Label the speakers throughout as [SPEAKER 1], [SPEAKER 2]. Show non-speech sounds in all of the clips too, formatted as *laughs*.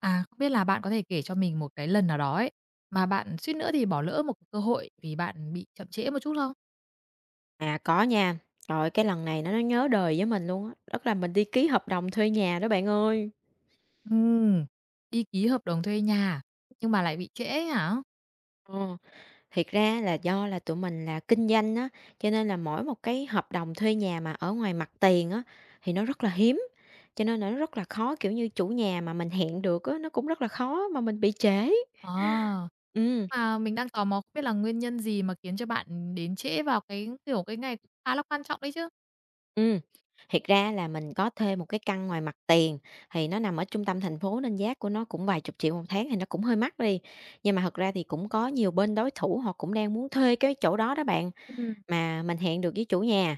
[SPEAKER 1] À, không biết là bạn có thể kể cho mình một cái lần nào đó ấy, mà bạn suýt nữa thì bỏ lỡ một cơ hội vì bạn bị chậm trễ một chút không?
[SPEAKER 2] À, có nha. Trời ơi, cái lần này nó nhớ đời với mình luôn á, tức là mình đi ký hợp đồng thuê nhà đó bạn ơi.
[SPEAKER 1] Ừm, Đi ký hợp đồng thuê nhà à? Nhưng mà lại bị trễ ấy hả?
[SPEAKER 2] Ờ, Thiệt ra là do là tụi mình là kinh doanh á, cho nên là mỗi một cái hợp đồng thuê nhà mà ở ngoài mặt tiền á, thì nó rất là hiếm, cho nên là nó rất là khó, kiểu như, chủ nhà mà mình hẹn được á, nó cũng rất là khó mà mình bị trễ.
[SPEAKER 1] Ờ,
[SPEAKER 2] Ừm.
[SPEAKER 1] mà mình đang tò mò không biết là nguyên nhân gì mà khiến cho bạn đến trễ vào cái, kiểu, cái ngày cũng khá là quan trọng đấy chứ?
[SPEAKER 2] Ừ, thiệt ra là mình có thuê một cái căn ngoài mặt tiền, thì nó nằm ở trung tâm thành phố nên giá của nó cũng vài chục triệu một tháng thì nó cũng hơi mắc đi. Nhưng mà thật ra thì cũng có nhiều bên đối thủ họ cũng đang muốn thuê cái chỗ đó đó bạn,
[SPEAKER 1] Ừm,
[SPEAKER 2] mà mình hẹn được với chủ nhà,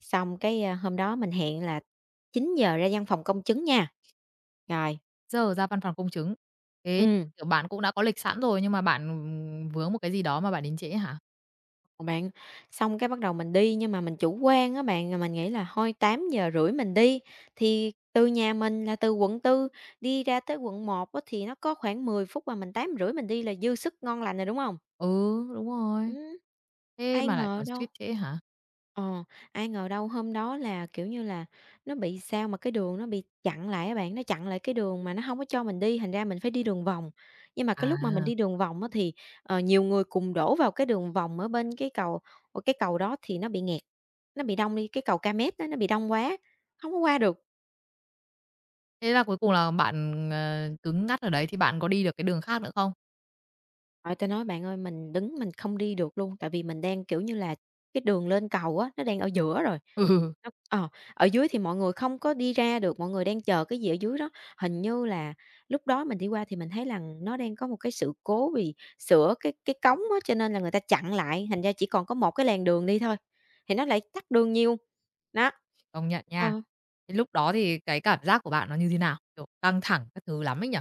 [SPEAKER 2] xong cái, hôm đó mình hẹn là 9 giờ ra văn phòng công chứng nha. Rồi,
[SPEAKER 1] Giờ ra văn phòng công chứng. Thế,
[SPEAKER 2] ừ.
[SPEAKER 1] kiểu, bạn cũng đã có lịch sẵn rồi nhưng mà bạn, vướng một cái gì đó mà bạn đến trễ hả?
[SPEAKER 2] Bạn, xong cái bắt đầu mình đi nhưng mà mình chủ quan á bạn, là mình nghĩ là thôi 8 giờ rưỡi mình đi, thì từ nhà mình là từ quận tư đi ra tới quận một á thì nó có khoảng 10 phút mà mình tám rưỡi mình đi là dư sức ngon lành rồi, đúng không?
[SPEAKER 1] Ừ, đúng rồi.
[SPEAKER 2] Ừm.
[SPEAKER 1] Thế
[SPEAKER 2] Ai
[SPEAKER 1] mà lại
[SPEAKER 2] ngờ
[SPEAKER 1] còn
[SPEAKER 2] đâu.
[SPEAKER 1] suýt trễ hả?
[SPEAKER 2] Ờ, Ai ngờ đâu hôm đó là, kiểu như là, nó bị sao mà cái đường nó bị chặn lại á bạn, nó chặn lại cái đường mà nó hông có cho mình đi, thành ra mình phải đi đường vòng. Nhưng mà cái lúc mà mình
[SPEAKER 1] À.
[SPEAKER 2] đi đường vòng á thì, nhiều người cùng đổ vào cái đường vòng ở bên cái cầu, cái cầu đó thì nó bị nghẹt, nó bị đông đi, cái cầu Ca Mét á, nó bị đông quá, hông có qua được.
[SPEAKER 1] Thế là cuối cùng là bạn, ờ, cứng ngắt ở đấy thì bạn có đi được cái đường khác nữa không?
[SPEAKER 2] Trời, tôi nói bạn ơi, mình đứng mình không đi được luôn, tại vì mình đang, kiểu như là, cái đường lên cầu á, nó đang ở giữa
[SPEAKER 1] *laughs*
[SPEAKER 2] rồi.
[SPEAKER 1] Ừ,
[SPEAKER 2] Nó ờ, Ở dưới thì mọi người không có đi ra được, mọi người đang chờ cái gì ở dưới đó. Hình như là lúc đó mình đi qua thì mình thấy là nó đang có một cái sự cố vì sửa cái cống á, cho nên là người ta chặn lại, thành ra chỉ còn có một cái làn đường đi thôi, thì nó lại tắc đường nhiều. Đó.
[SPEAKER 1] công nhận nha.
[SPEAKER 2] Ờ.
[SPEAKER 1] Thế lúc đó thì cái cảm giác của bạn nó như thế nào? Kiểu, căng thẳng các thứ lắm ấy nhỉ?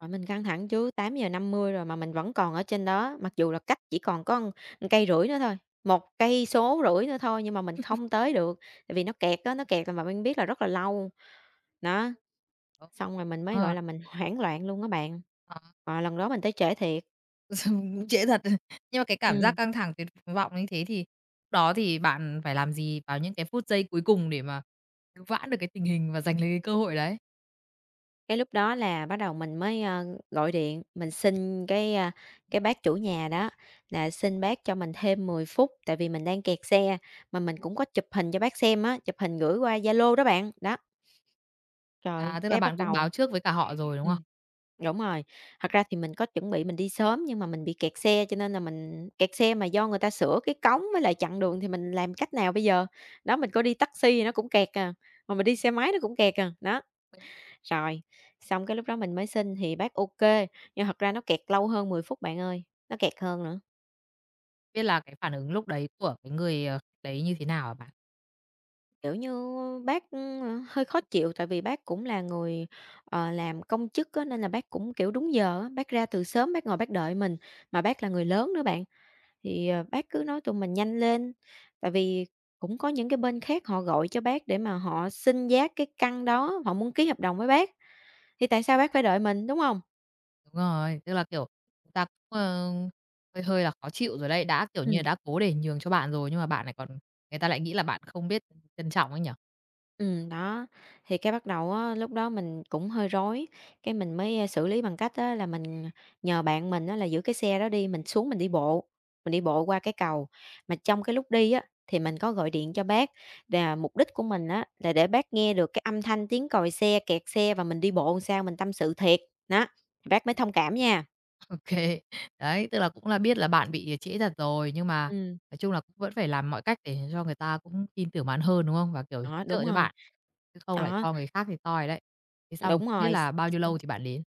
[SPEAKER 2] Mà mình căng thẳng chứ, 8 giờ 50 rồi mà mình vẫn còn ở trên đó, mặc dù là cách chỉ còn có 1,5 cây rưỡi nữa thôi, một cây số rưỡi nữa thôi nhưng mà mình không tới được, tại vì nó kẹt á, nó kẹt là mà mình biết là rất là lâu. Đó,
[SPEAKER 1] Ờ.
[SPEAKER 2] xong rồi mình mới,
[SPEAKER 1] Ờ,
[SPEAKER 2] gọi là, mình hoảng loạn luôn á bạn.
[SPEAKER 1] ờ,
[SPEAKER 2] Và lần đó mình tới trễ thiệt.
[SPEAKER 1] *laughs* trễ thật. Nhưng mà cái cảm giác
[SPEAKER 2] Ừm,
[SPEAKER 1] căng thẳng, tuyệt vọng như thế thì lúc đó thì bạn phải làm gì vào những cái phút giây cuối cùng để mà cứu vãn được cái tình hình và giành lấy cái cơ hội đấy?
[SPEAKER 2] cái lúc đó là bắt đầu mình mới, gọi điện, mình xin cái, cái bác chủ nhà đó là xin bác cho mình thêm 10 phút, tại vì mình đang kẹt xe, mà mình cũng có chụp hình cho bác xem á, chụp hình gửi qua Zalo đó bạn, đó. Trời,
[SPEAKER 1] À, tức là
[SPEAKER 2] cái
[SPEAKER 1] bạn
[SPEAKER 2] bắt
[SPEAKER 1] cũng
[SPEAKER 2] đầu.
[SPEAKER 1] báo trước với cả họ rồi, đúng không?
[SPEAKER 2] Ừm. Đúng rồi, thật ra thì mình có chuẩn bị mình đi sớm nhưng mà mình bị kẹt xe cho nên là mình kẹt xe mà do người ta sửa cái cống với lại chặn đường thì mình làm cách nào bây giờ? Đó, mình có đi taxi thì nó cũng kẹt à, mà mình đi xe máy nó cũng kẹt à, đó. Rồi, xong cái lúc đó mình mới xin thì bác ô kê, nhưng thật ra nó kẹt lâu hơn 10 phút bạn ơi, nó kẹt hơn nữa.
[SPEAKER 1] Biết là cái phản ứng lúc đấy của cái người, ờ, đấy như thế nào hả bạn?
[SPEAKER 2] Kiểu như bác, hơi khó chịu tại vì bác cũng là người, làm công chức á, nên là bác cũng, kiểu, đúng giờ á, bác ra từ sớm bác ngồi bác đợi mình, mà bác là người lớn nữa bạn. Thì, bác cứ nói tụi mình nhanh lên, tại vì cũng có những cái bên khác họ gọi cho bác để mà họ xin giá cái căn đó, họ muốn ký hợp đồng với bác, thì tại sao bác phải đợi mình, đúng không?
[SPEAKER 1] Đúng rồi, tức là, kiểu, chúng ta cũng, ờ, hơi hơi là khó chịu rồi đấy, đã, kiểu như là,
[SPEAKER 2] Ừm.
[SPEAKER 1] đã cố để nhường cho bạn rồi nhưng mà bạn lại còn người ta lại nghĩ là bạn không biết trân trọng ấy nhở?
[SPEAKER 2] Đó, thì cái bắt đầu á, lúc đó mình cũng hơi rối, cái mình mới, xử lý bằng cách á là mình nhờ bạn mình á là giữ cái xe đó đi, mình xuống mình đi bộ qua cái cầu. Mà trong cái lúc đi á, thì mình có gọi điện cho bác, là mục đích của mình á là để bác nghe được cái âm thanh tiếng còi xe, kẹt xe và mình đi bộ làm sao, mình tâm sự thiệt, đó, bác mới thông cảm nha.
[SPEAKER 1] *laughs* OK. Đấy, tức là cũng là biết là bạn bị trễ thật rồi nhưng mà
[SPEAKER 2] Ừm,
[SPEAKER 1] nói chung là cũng vẫn phải làm mọi cách để cho người ta cũng tin tưởng bạn hơn, đúng không? Và, kiểu,
[SPEAKER 2] đó,
[SPEAKER 1] trợ
[SPEAKER 2] đúng
[SPEAKER 1] cho
[SPEAKER 2] rồi.
[SPEAKER 1] bạn, chứ không lại
[SPEAKER 2] Đó,
[SPEAKER 1] cho người khác thì toi đấy. Thế xong không
[SPEAKER 2] đúng
[SPEAKER 1] biết
[SPEAKER 2] rồi.
[SPEAKER 1] là bao nhiêu lâu thì bạn đến.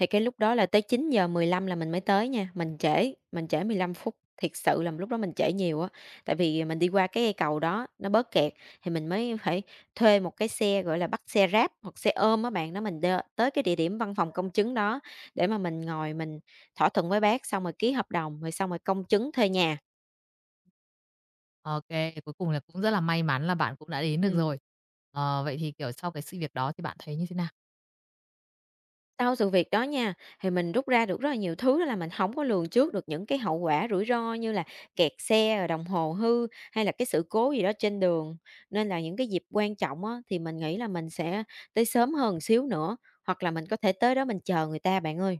[SPEAKER 2] Thì cái lúc đó là tới 9 giờ 15 là mình mới tới nha, mình trễ 15 phút, thiệt sự là lúc đó mình trễ nhiều á. Tại vì mình đi qua cái cây cầu đó, nó bớt kẹt thì mình mới phải thuê một cái xe, gọi là, bắt xe ráp hoặc xe ôm á bạn, để mình đ tới cái địa điểm văn phòng công chứng đó để mà mình ngồi mình thỏa thuận với bác, xong rồi ký hợp đồng, rồi xong rồi công chứng thuê nhà.
[SPEAKER 1] OK, cuối cùng là cũng rất là may mắn là bạn cũng đã đến được
[SPEAKER 2] Ừm.
[SPEAKER 1] rồi. Ờ, vậy thì, kiểu, sau cái sự việc đó thì bạn thấy như thế nào?
[SPEAKER 2] Sau sự việc đó nha, thì mình rút ra được rất là nhiều thứ đó là mình không có lường trước được những cái hậu quả rủi ro như là kẹt xe, rồi đồng hồ hư, hay là cái sự cố gì đó trên đường. Nên là những cái dịp quan trọng á, thì mình nghĩ là mình sẽ tới sớm hơn xíu nữa, hoặc là mình có thể tới đó mình chờ người ta bạn ơi.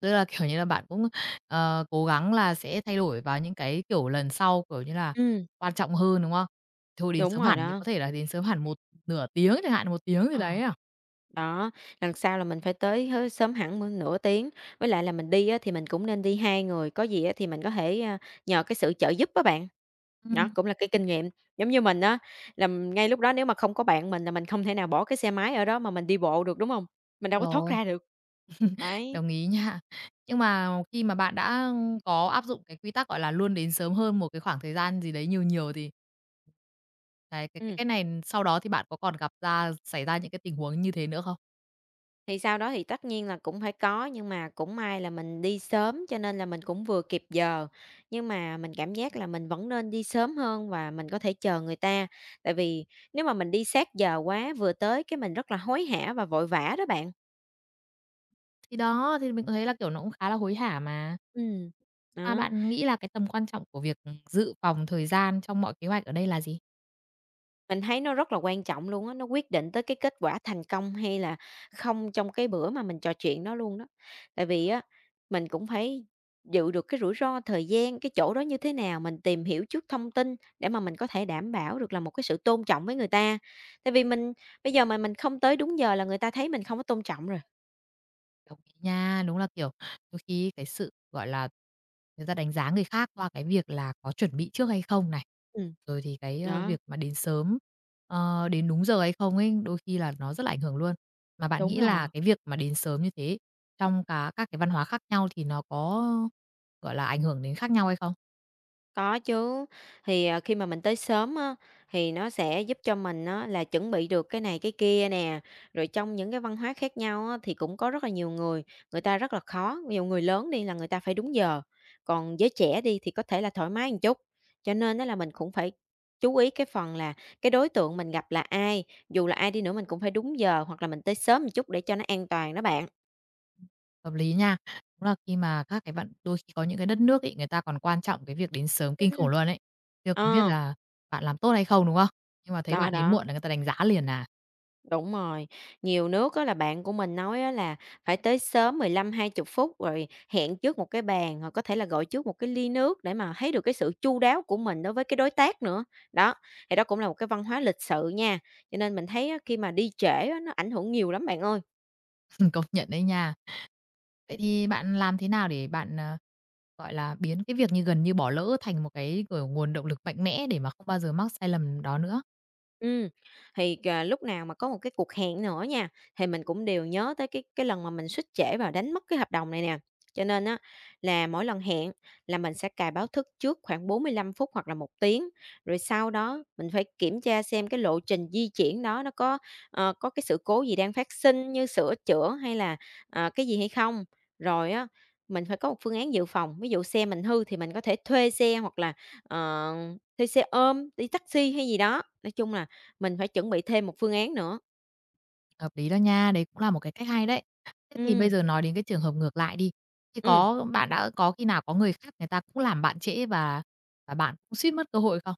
[SPEAKER 1] Tức là, kiểu như là, bạn cũng, ờ, cố gắng là sẽ thay đổi vào những cái, kiểu, lần sau, kiểu như là,
[SPEAKER 2] Ừm,
[SPEAKER 1] quan trọng hơn, đúng không? Thôi đến
[SPEAKER 2] đúng
[SPEAKER 1] sớm
[SPEAKER 2] rồi
[SPEAKER 1] hẳn thì
[SPEAKER 2] đó.
[SPEAKER 1] có thể là đến sớm hẳn một nửa tiếng chẳng hạn, một tiếng gì
[SPEAKER 2] Ờ.
[SPEAKER 1] đấy à?
[SPEAKER 2] Đó, lần sau là mình phải tới hớ sớm hẳn m nửa tiếng, với lại là mình đi á thì mình cũng nên đi 2 người, có gì á thì mình có thể, nhờ cái sự trợ giúp các bạn. Đó,
[SPEAKER 1] Ừm.
[SPEAKER 2] cũng là cái kinh nghiệm, giống như mình á, là m- ngay lúc đó nếu mà không có bạn mình là mình không thể nào bỏ cái xe máy ở đó mà mình đi bộ được, đúng không? Mình đâu có thoát
[SPEAKER 1] Rồi,
[SPEAKER 2] ra được. Đấy,
[SPEAKER 1] đồng ý nha. Nhưng mà khi mà bạn đã có áp dụng cái quy tắc, gọi là, luôn đến sớm hơn một cái khoảng thời gian gì đấy nhiều nhiều thì cái cái cái
[SPEAKER 2] ừm.
[SPEAKER 1] cái này sau đó thì bạn có còn gặp ra xảy ra những cái tình huống như thế nữa không?
[SPEAKER 2] Thì sau đó thì tất nhiên là cũng phải có, nhưng mà cũng may là mình đi sớm cho nên là mình cũng vừa kịp giờ. Nhưng mà mình cảm giác là mình vẫn nên đi sớm hơn và mình có thể chờ người ta, tại vì nếu mà mình đi sát giờ quá, vừa tới cái mình rất là hối hả và vội vã đó bạn.
[SPEAKER 1] Thì đó, thì mình thấy là, kiểu, nó cũng khá là hối hả mà.
[SPEAKER 2] Ừ,
[SPEAKER 1] Mà
[SPEAKER 2] đó.
[SPEAKER 1] bạn nghĩ là cái tầm quan trọng của việc, dự phòng thời gian trong mọi kế hoạch ở đây là gì?
[SPEAKER 2] Mình thấy nó rất là quan trọng luôn á, nó quyết định tới cái kết quả thành công hay là không trong cái bữa mà mình trò chuyện đó luôn đó. Tại vì á, mình cũng phải dự được cái rủi ro thời gian, cái chỗ đó như thế nào, mình tìm hiểu trước thông tin để mà mình có thể đảm bảo được là một cái sự tôn trọng với người ta. Tại vì mình bây giờ mà mình không tới đúng giờ là người ta thấy mình không có tôn trọng rồi.
[SPEAKER 1] Đồng ý nha, đúng là, kiểu, đôi khi cái sự, gọi là, người ta đánh giá người khác qua cái việc là có chuẩn bị trước hay không này,
[SPEAKER 2] Ừm,
[SPEAKER 1] rồi thì cái,
[SPEAKER 2] đó,
[SPEAKER 1] việc mà đến sớm, ờ, đến đúng giờ hay không ấy, đôi khi là nó rất là ảnh hưởng luôn. Mà bạn
[SPEAKER 2] đúng
[SPEAKER 1] nghĩ
[SPEAKER 2] rồi.
[SPEAKER 1] là cái việc mà đến sớm như thế trong các cái văn hóa khác nhau thì nó có, gọi là, ảnh hưởng đến khác nhau hay không?
[SPEAKER 2] Có chứ, thì, khi mà mình tới sớm á, thì nó sẽ giúp cho mình á là chuẩn bị được cái này cái kia nè, rồi trong những cái văn hóa khác nhau á thì cũng có rất là nhiều người, người ta rất là khó, ví dụ người lớn đi là người ta phải đúng giờ, còn giới trẻ đi thì có thể là thoải mái một chút. Cho nên đó là mình cũng phải chú ý cái phần là cái đối tượng mình gặp là ai, dù là ai đi nữa mình cũng phải đúng giờ hoặc là mình tới sớm một chút để cho nó an toàn đó bạn.
[SPEAKER 1] Hợp lý nha. Đúng là khi mà các cái bạn đôi khi có những cái đất nước ấy, người ta còn quan trọng cái việc đến sớm kinh khủng
[SPEAKER 2] Ừ.
[SPEAKER 1] luôn ấy. Chưa cần biết
[SPEAKER 2] Ờ,
[SPEAKER 1] là bạn làm tốt hay không, đúng không? Nhưng mà thấy
[SPEAKER 2] đó,
[SPEAKER 1] bạn đến
[SPEAKER 2] đó.
[SPEAKER 1] muộn là người ta đánh giá liền à.
[SPEAKER 2] Đúng rồi, nhiều nước á là bạn của mình nói á là phải tới sớm 15 hai 20 phút rồi hẹn trước một cái bàn, hoặc có thể là gọi trước một cái ly nước để mà thấy được cái sự chu đáo của mình đối với cái đối tác nữa. Đó, thì đó cũng là một cái văn hóa lịch sự nha. Cho nên mình thấy á, khi mà đi trễ á, nó ảnh hưởng nhiều lắm bạn ơi.
[SPEAKER 1] *laughs* Công nhận đấy nha. Vậy thì bạn làm thế nào để bạn, ờ, gọi là, biến cái việc như gần như bỏ lỡ thành một cái, kiểu, nguồn động lực mạnh mẽ để mà không bao giờ mắc sai lầm đó nữa?
[SPEAKER 2] Ừ, thì, lúc nào mà có một cái cuộc hẹn nữa nha, thì mình cũng đều nhớ tới cái lần mà mình xuýt trễ và đánh mất cái hợp đồng này nè. Cho nên á là mỗi lần hẹn là mình sẽ cài báo thức trước khoảng 45 phút hoặc là một tiếng, rồi sau đó mình phải kiểm tra xem cái lộ trình di chuyển đó nó có, có cái sự cố gì đang phát sinh như sửa chữa hay là, cái gì hay không. Rồi á, mình phải có một phương án dự phòng, ví dụ xe mình hư thì mình có thể thuê xe hoặc là, ờ, thuê xe ôm, đi taxi hay gì đó. Nói chung là mình phải chuẩn bị thêm một phương án nữa.
[SPEAKER 1] Hợp lý đó nha, đấy cũng là một cái cách hay đấy. Thế thì bây
[SPEAKER 2] Ừm,
[SPEAKER 1] giờ nói đến cái trường hợp ngược lại đi, thì
[SPEAKER 2] ừm,
[SPEAKER 1] có bạn đã có khi nào có người khác người ta cũng làm bạn trễ và bạn cũng suýt mất cơ hội không?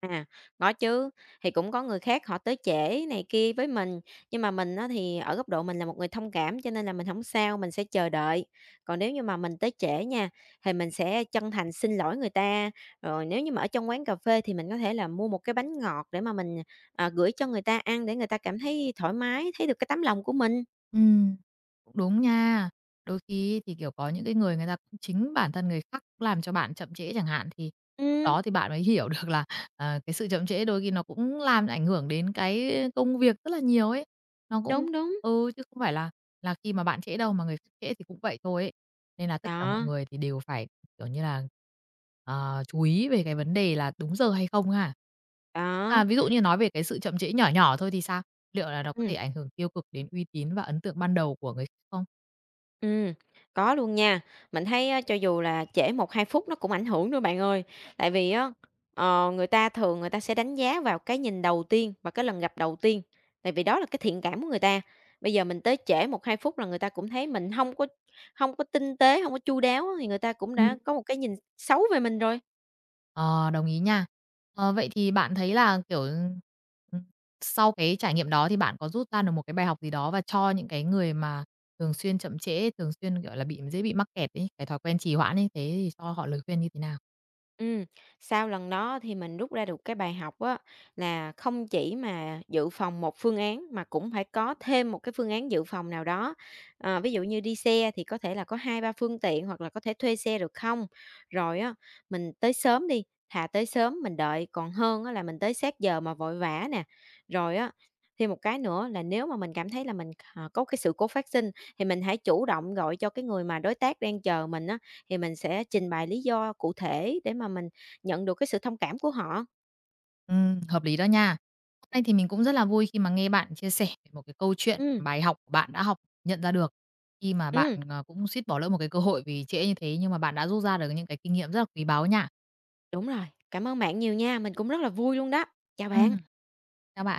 [SPEAKER 2] à, có chứ, thì cũng có người khác họ tới trễ này kia với mình, nhưng mà mình á thì ở góc độ mình là một người thông cảm cho nên là mình không sao, mình sẽ chờ đợi. Còn nếu như mà mình tới trễ nha, thì mình sẽ chân thành xin lỗi người ta, rồi nếu như mà ở trong quán cà phê thì mình có thể là mua một cái bánh ngọt để mà mình, gửi cho người ta ăn để người ta cảm thấy thoải mái, thấy được cái tấm lòng của mình.
[SPEAKER 1] Ừm, cũng đúng nha. Đôi khi thì, kiểu, có những cái người người ta cũng chính bản thân người khác làm cho bạn chậm trễ chẳng hạn, thì lúc
[SPEAKER 2] Ừm,
[SPEAKER 1] đó thì bạn mới hiểu được là, ờ, cái sự chậm trễ đôi khi nó cũng làm ảnh hưởng đến cái công việc rất là nhiều ấy. Nó cũng
[SPEAKER 2] đúng, đúng.
[SPEAKER 1] ừ, chứ không phải là khi mà bạn trễ đâu, mà người khác trễ thì cũng vậy thôi ấy. Nên là tất cả mọi
[SPEAKER 2] Đó,
[SPEAKER 1] người thì đều phải, kiểu như là, ờ, chú ý về cái vấn đề là đúng giờ hay không ha.
[SPEAKER 2] đó.
[SPEAKER 1] À, ví dụ như
[SPEAKER 2] Hoặc
[SPEAKER 1] nói về cái sự chậm trễ nhỏ nhỏ thôi thì sao? Liệu là nó có thể ảnh hưởng tiêu cực đến uy tín và ấn tượng ban đầu của người khác không?
[SPEAKER 2] ừm, có luôn nha. Mình thấy á, cho dù là trễ một 2 phút nó cũng ảnh hưởng nữa bạn ơi. Tại vì á, người ta thường người ta sẽ đánh giá vào cái nhìn đầu tiên và cái lần gặp đầu tiên, tại vì đó là cái thiện cảm của người ta. Bây giờ mình tới trễ một 2 phút là người ta cũng thấy mình không có tinh tế, không có chu đáo á, thì người ta cũng
[SPEAKER 1] Ừm.
[SPEAKER 2] đã có một cái nhìn xấu về mình rồi.
[SPEAKER 1] Ờ, đồng ý nha. Ờ, vậy thì bạn thấy là, kiểu, sau cái trải nghiệm đó thì bạn có rút ra được một cái bài học gì đó và cho những cái người mà thường xuyên chậm trễ, thường xuyên, kiểu là, bị dễ bị mắc kẹt ấy, cái thói quen trì hoãn ấy, thế thì cho họ lời khuyên như thế nào?
[SPEAKER 2] Ừm, sau lần đó thì mình rút ra được cái bài học á, là không chỉ mà dự phòng một phương án mà cũng phải có thêm một cái phương án dự phòng nào đó. Ờ, ví dụ như đi xe thì có thể là có hai ba phương tiện hoặc là có thể thuê xe được không? Rồi á, mình tới sớm đi, thà tới sớm mình đợi còn hơn á là mình tới sát giờ mà vội vã nè. Rồi á, thêm một cái nữa là nếu mà mình cảm thấy là mình, có cái sự cố phát sinh thì mình hãy chủ động gọi cho cái người mà đối tác đang chờ mình á, thì mình sẽ trình bày lý do cụ thể để mà mình nhận được cái sự thông cảm của họ.
[SPEAKER 1] Hợp lý đó nha. Hôm nay thì mình cũng rất là vui khi mà nghe bạn chia sẻ về một cái câu chuyện,
[SPEAKER 2] Ừm,
[SPEAKER 1] mà bài học của bạn đã học, nhận ra được khi mà bạn,
[SPEAKER 2] ừm,
[SPEAKER 1] ờ, cũng suýt bỏ lỡ một cái cơ hội vì trễ như thế, nhưng mà bạn đã rút ra được những cái kinh nghiệm rất là quý báu nha.
[SPEAKER 2] đúng rồi. Cảm ơn bạn nhiều nha, mình cũng rất là vui luôn đó. Chào
[SPEAKER 1] Ừm,
[SPEAKER 2] bạn.
[SPEAKER 1] chào bạn.